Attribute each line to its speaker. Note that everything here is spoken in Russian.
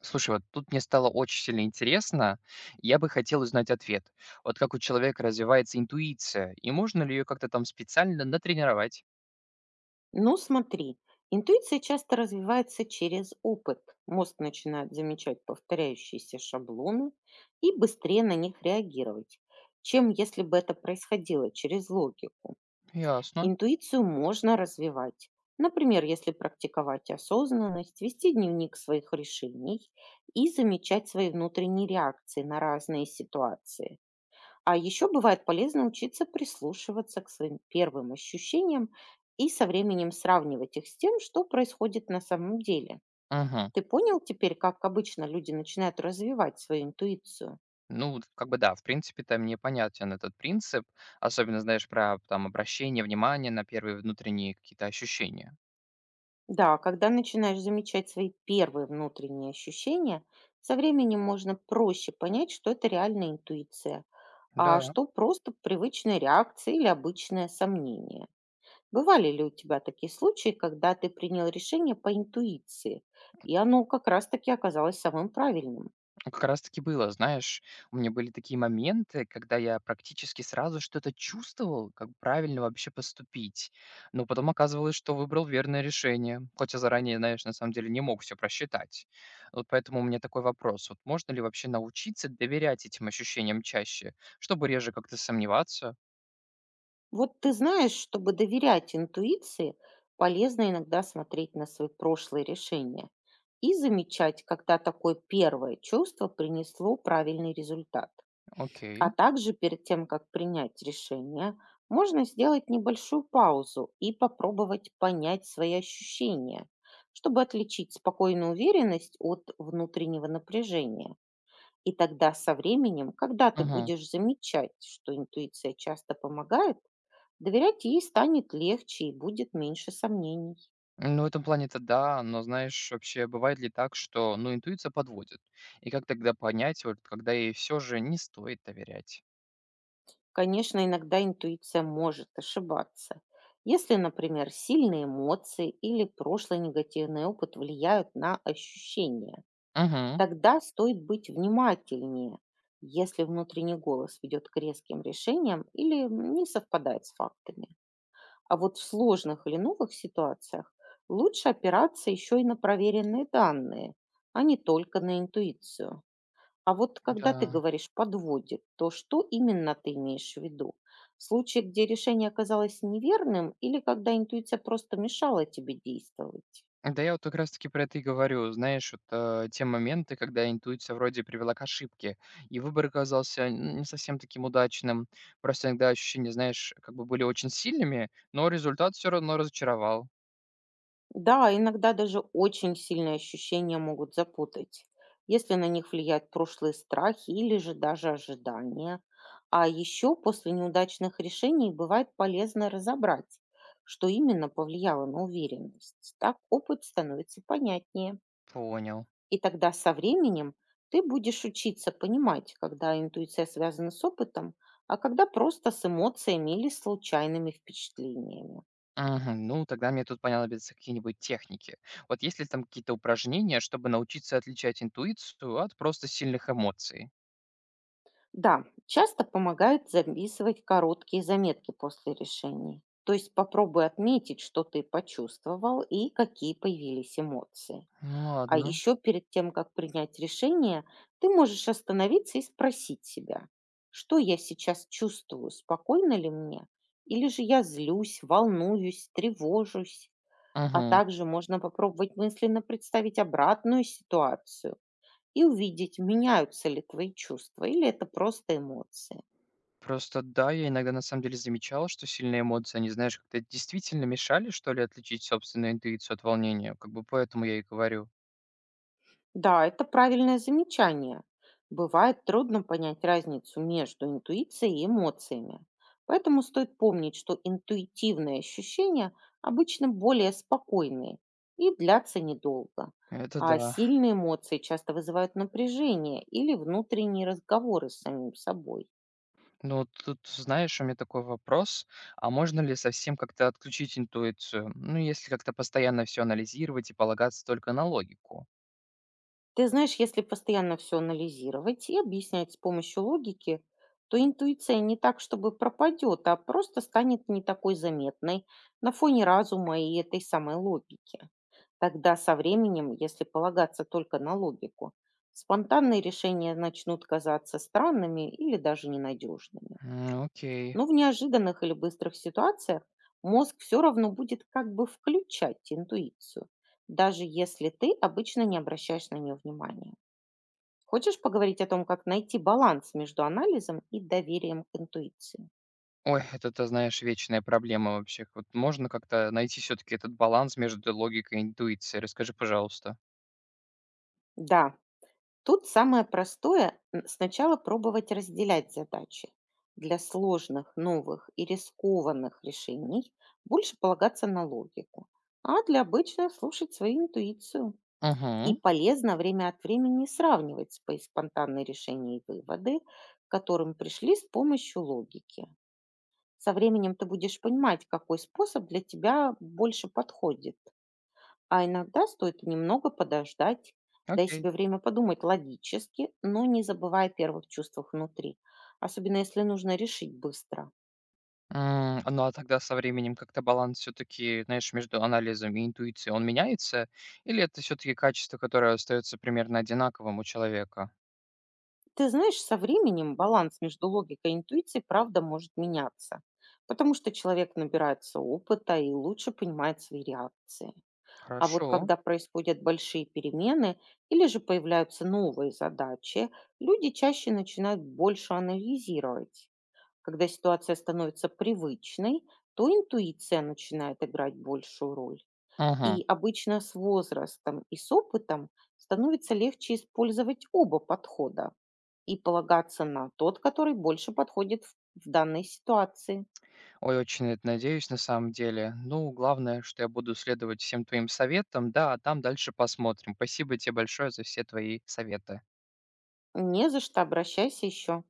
Speaker 1: Слушай, вот тут мне стало очень сильно интересно, и я бы хотел узнать ответ. Вот как у человека развивается интуиция, и можно ли ее как-то там специально натренировать?
Speaker 2: Ну, смотри, интуиция часто развивается через опыт. Мозг начинает замечать повторяющиеся шаблоны и быстрее на них реагировать, чем если бы это происходило через логику.
Speaker 1: Ясно.
Speaker 2: Интуицию можно развивать. Например, если практиковать осознанность, вести дневник своих решений и замечать свои внутренние реакции на разные ситуации. А еще бывает полезно учиться прислушиваться к своим первым ощущениям и со временем сравнивать их с тем, что происходит на самом деле.
Speaker 1: Угу.
Speaker 2: Ты понял теперь, как обычно люди начинают развивать свою интуицию?
Speaker 1: Ну, вот как бы да, в принципе-то мне понятен этот принцип, особенно, знаешь, про там обращение внимания на первые внутренние какие-то ощущения.
Speaker 2: Да, когда начинаешь замечать свои первые внутренние ощущения, со временем можно проще понять, что это реальная интуиция, а
Speaker 1: Да.
Speaker 2: что просто привычная реакция или обычное сомнение. Бывали ли у тебя такие случаи, когда ты принял решение по интуиции, и оно как раз-таки оказалось самым правильным?
Speaker 1: Ну, как раз таки было, знаешь, у меня были такие моменты, когда я практически сразу что-то чувствовал, как правильно вообще поступить. Но потом оказывалось, что выбрал верное решение, хотя заранее, знаешь, на самом деле не мог все просчитать. Вот поэтому у меня такой вопрос. Вот можно ли вообще научиться доверять этим ощущениям чаще, чтобы реже как-то сомневаться?
Speaker 2: Вот ты знаешь, чтобы доверять интуиции, полезно иногда смотреть на свои прошлые решения и замечать, когда такое первое чувство принесло правильный результат. А
Speaker 1: Окей.
Speaker 2: также перед тем, как принять решение, можно сделать небольшую паузу и попробовать понять свои ощущения, чтобы отличить спокойную уверенность от внутреннего напряжения. И тогда со временем, когда ты
Speaker 1: Угу.
Speaker 2: будешь замечать, что интуиция часто помогает, доверять ей станет легче и будет меньше сомнений.
Speaker 1: Ну, в этом плане-то да, но знаешь, вообще бывает ли так, что, ну, интуиция подводит? И как тогда понять, вот, когда ей все же не стоит доверять?
Speaker 2: Конечно, иногда интуиция может ошибаться. Если, например, сильные эмоции или прошлый негативный опыт влияют на ощущения,
Speaker 1: Мгм.
Speaker 2: тогда стоит быть внимательнее, если внутренний голос ведет к резким решениям или не совпадает с фактами. А вот в сложных или новых ситуациях лучше опираться еще и на проверенные данные, а не только на интуицию. А вот когда ты
Speaker 1: Да.
Speaker 2: говоришь «подводит», то что именно ты имеешь в виду? Случай, где решение оказалось неверным или когда интуиция просто мешала тебе действовать?
Speaker 1: Да, я вот как раз таки про это и говорю. Знаешь, вот, те моменты, когда интуиция вроде привела к ошибке, и выбор оказался н не совсем таким удачным. Просто иногда ощущения, знаешь, как бы были очень сильными, но результат все равно разочаровал.
Speaker 2: Да, иногда даже очень сильные ощущения могут запутать, если на них влияют прошлые страхи или же даже ожидания. А еще после неудачных решений бывает полезно разобрать, что именно повлияло на уверенность. Так опыт становится понятнее.
Speaker 1: Понял.
Speaker 2: И тогда со временем ты будешь учиться понимать, когда интуиция связана с опытом, а когда просто с эмоциями или случайными впечатлениями.
Speaker 1: Мгм. Ну, тогда мне тут понадобятся какие-нибудь техники. Вот есть ли там какие-то упражнения, чтобы научиться отличать интуицию от просто сильных эмоций?
Speaker 2: Да, часто помогает записывать короткие заметки после решений. То есть попробуй отметить, что ты почувствовал и какие появились эмоции.
Speaker 1: Ну
Speaker 2: А
Speaker 1: ладно.
Speaker 2: еще перед тем, как принять решение, ты можешь остановиться и спросить себя, что я сейчас чувствую, спокойно ли мне, или же я злюсь, волнуюсь, тревожусь. А
Speaker 1: Мгм.
Speaker 2: также можно попробовать мысленно представить обратную ситуацию и увидеть, меняются ли твои чувства или это просто эмоции.
Speaker 1: Просто да, я иногда на самом деле замечал, что сильные эмоции, они, знаешь, как-то действительно мешали, что ли, отличить собственную интуицию от волнения. Как бы поэтому я и говорю.
Speaker 2: Да, это правильное замечание. Бывает трудно понять разницу между интуицией и эмоциями. Поэтому стоит помнить, что интуитивные ощущения обычно более спокойные и длятся недолго.
Speaker 1: Это
Speaker 2: А
Speaker 1: да.
Speaker 2: сильные эмоции часто вызывают напряжение или внутренние разговоры с самим собой.
Speaker 1: Ну, тут, знаешь, у меня такой вопрос, а можно ли совсем как-то отключить интуицию? Ну, если как-то постоянно все анализировать и полагаться только на логику.
Speaker 2: Ты знаешь, если постоянно все анализировать и объяснять с помощью логики, то интуиция не так, чтобы пропадет, а просто станет не такой заметной на фоне разума и этой самой логики. Тогда со временем, если полагаться только на логику, спонтанные решения начнут казаться странными или даже ненадежными.
Speaker 1: М, окей.
Speaker 2: Но в неожиданных или быстрых ситуациях мозг все равно будет как бы включать интуицию, даже если ты обычно не обращаешь на нее внимания. Хочешь поговорить о том, как найти баланс между анализом и доверием к интуиции?
Speaker 1: Ой, это, ты знаешь, вечная проблема вообще. Вот можно как-то найти все-таки этот баланс между логикой и интуицией? Расскажи, пожалуйста.
Speaker 2: Да, тут самое простое– сначала пробовать разделять задачи. Для сложных, новых и рискованных решений больше полагаться на логику, а для обычных– слушать свою интуицию. И
Speaker 1: Угу,
Speaker 2: полезно время от времени сравнивать свои спонтанные решения и выводы, к которым пришли с помощью логики. Со временем ты будешь понимать, какой способ для тебя больше подходит. А иногда стоит немного подождать, дай
Speaker 1: окей.
Speaker 2: себе время подумать логически, но не забывая о первых чувствах внутри, особенно если нужно решить быстро.
Speaker 1: М, ну, а тогда со временем как-то баланс все таки знаешь, между анализом и интуицией, он меняется? Или это все таки качество, которое остается примерно одинаковым у человека?
Speaker 2: Ты знаешь, со временем баланс между логикой и интуицией, правда, может меняться, потому что человек набирается опыта и лучше понимает свои реакции. А вот
Speaker 1: Хорошо.
Speaker 2: когда происходят большие перемены или же появляются новые задачи, люди чаще начинают больше анализировать. Когда ситуация становится привычной, то интуиция начинает играть большую роль.
Speaker 1: Мгм.
Speaker 2: И обычно с возрастом и с опытом становится легче использовать оба подхода и полагаться на тот, который больше подходит в данной ситуации.
Speaker 1: Ой, очень на это надеюсь на самом деле. Ну, главное, что я буду следовать всем твоим советам, да, а там дальше посмотрим. Спасибо тебе большое за все твои советы.
Speaker 2: Не за что, обращайся еще.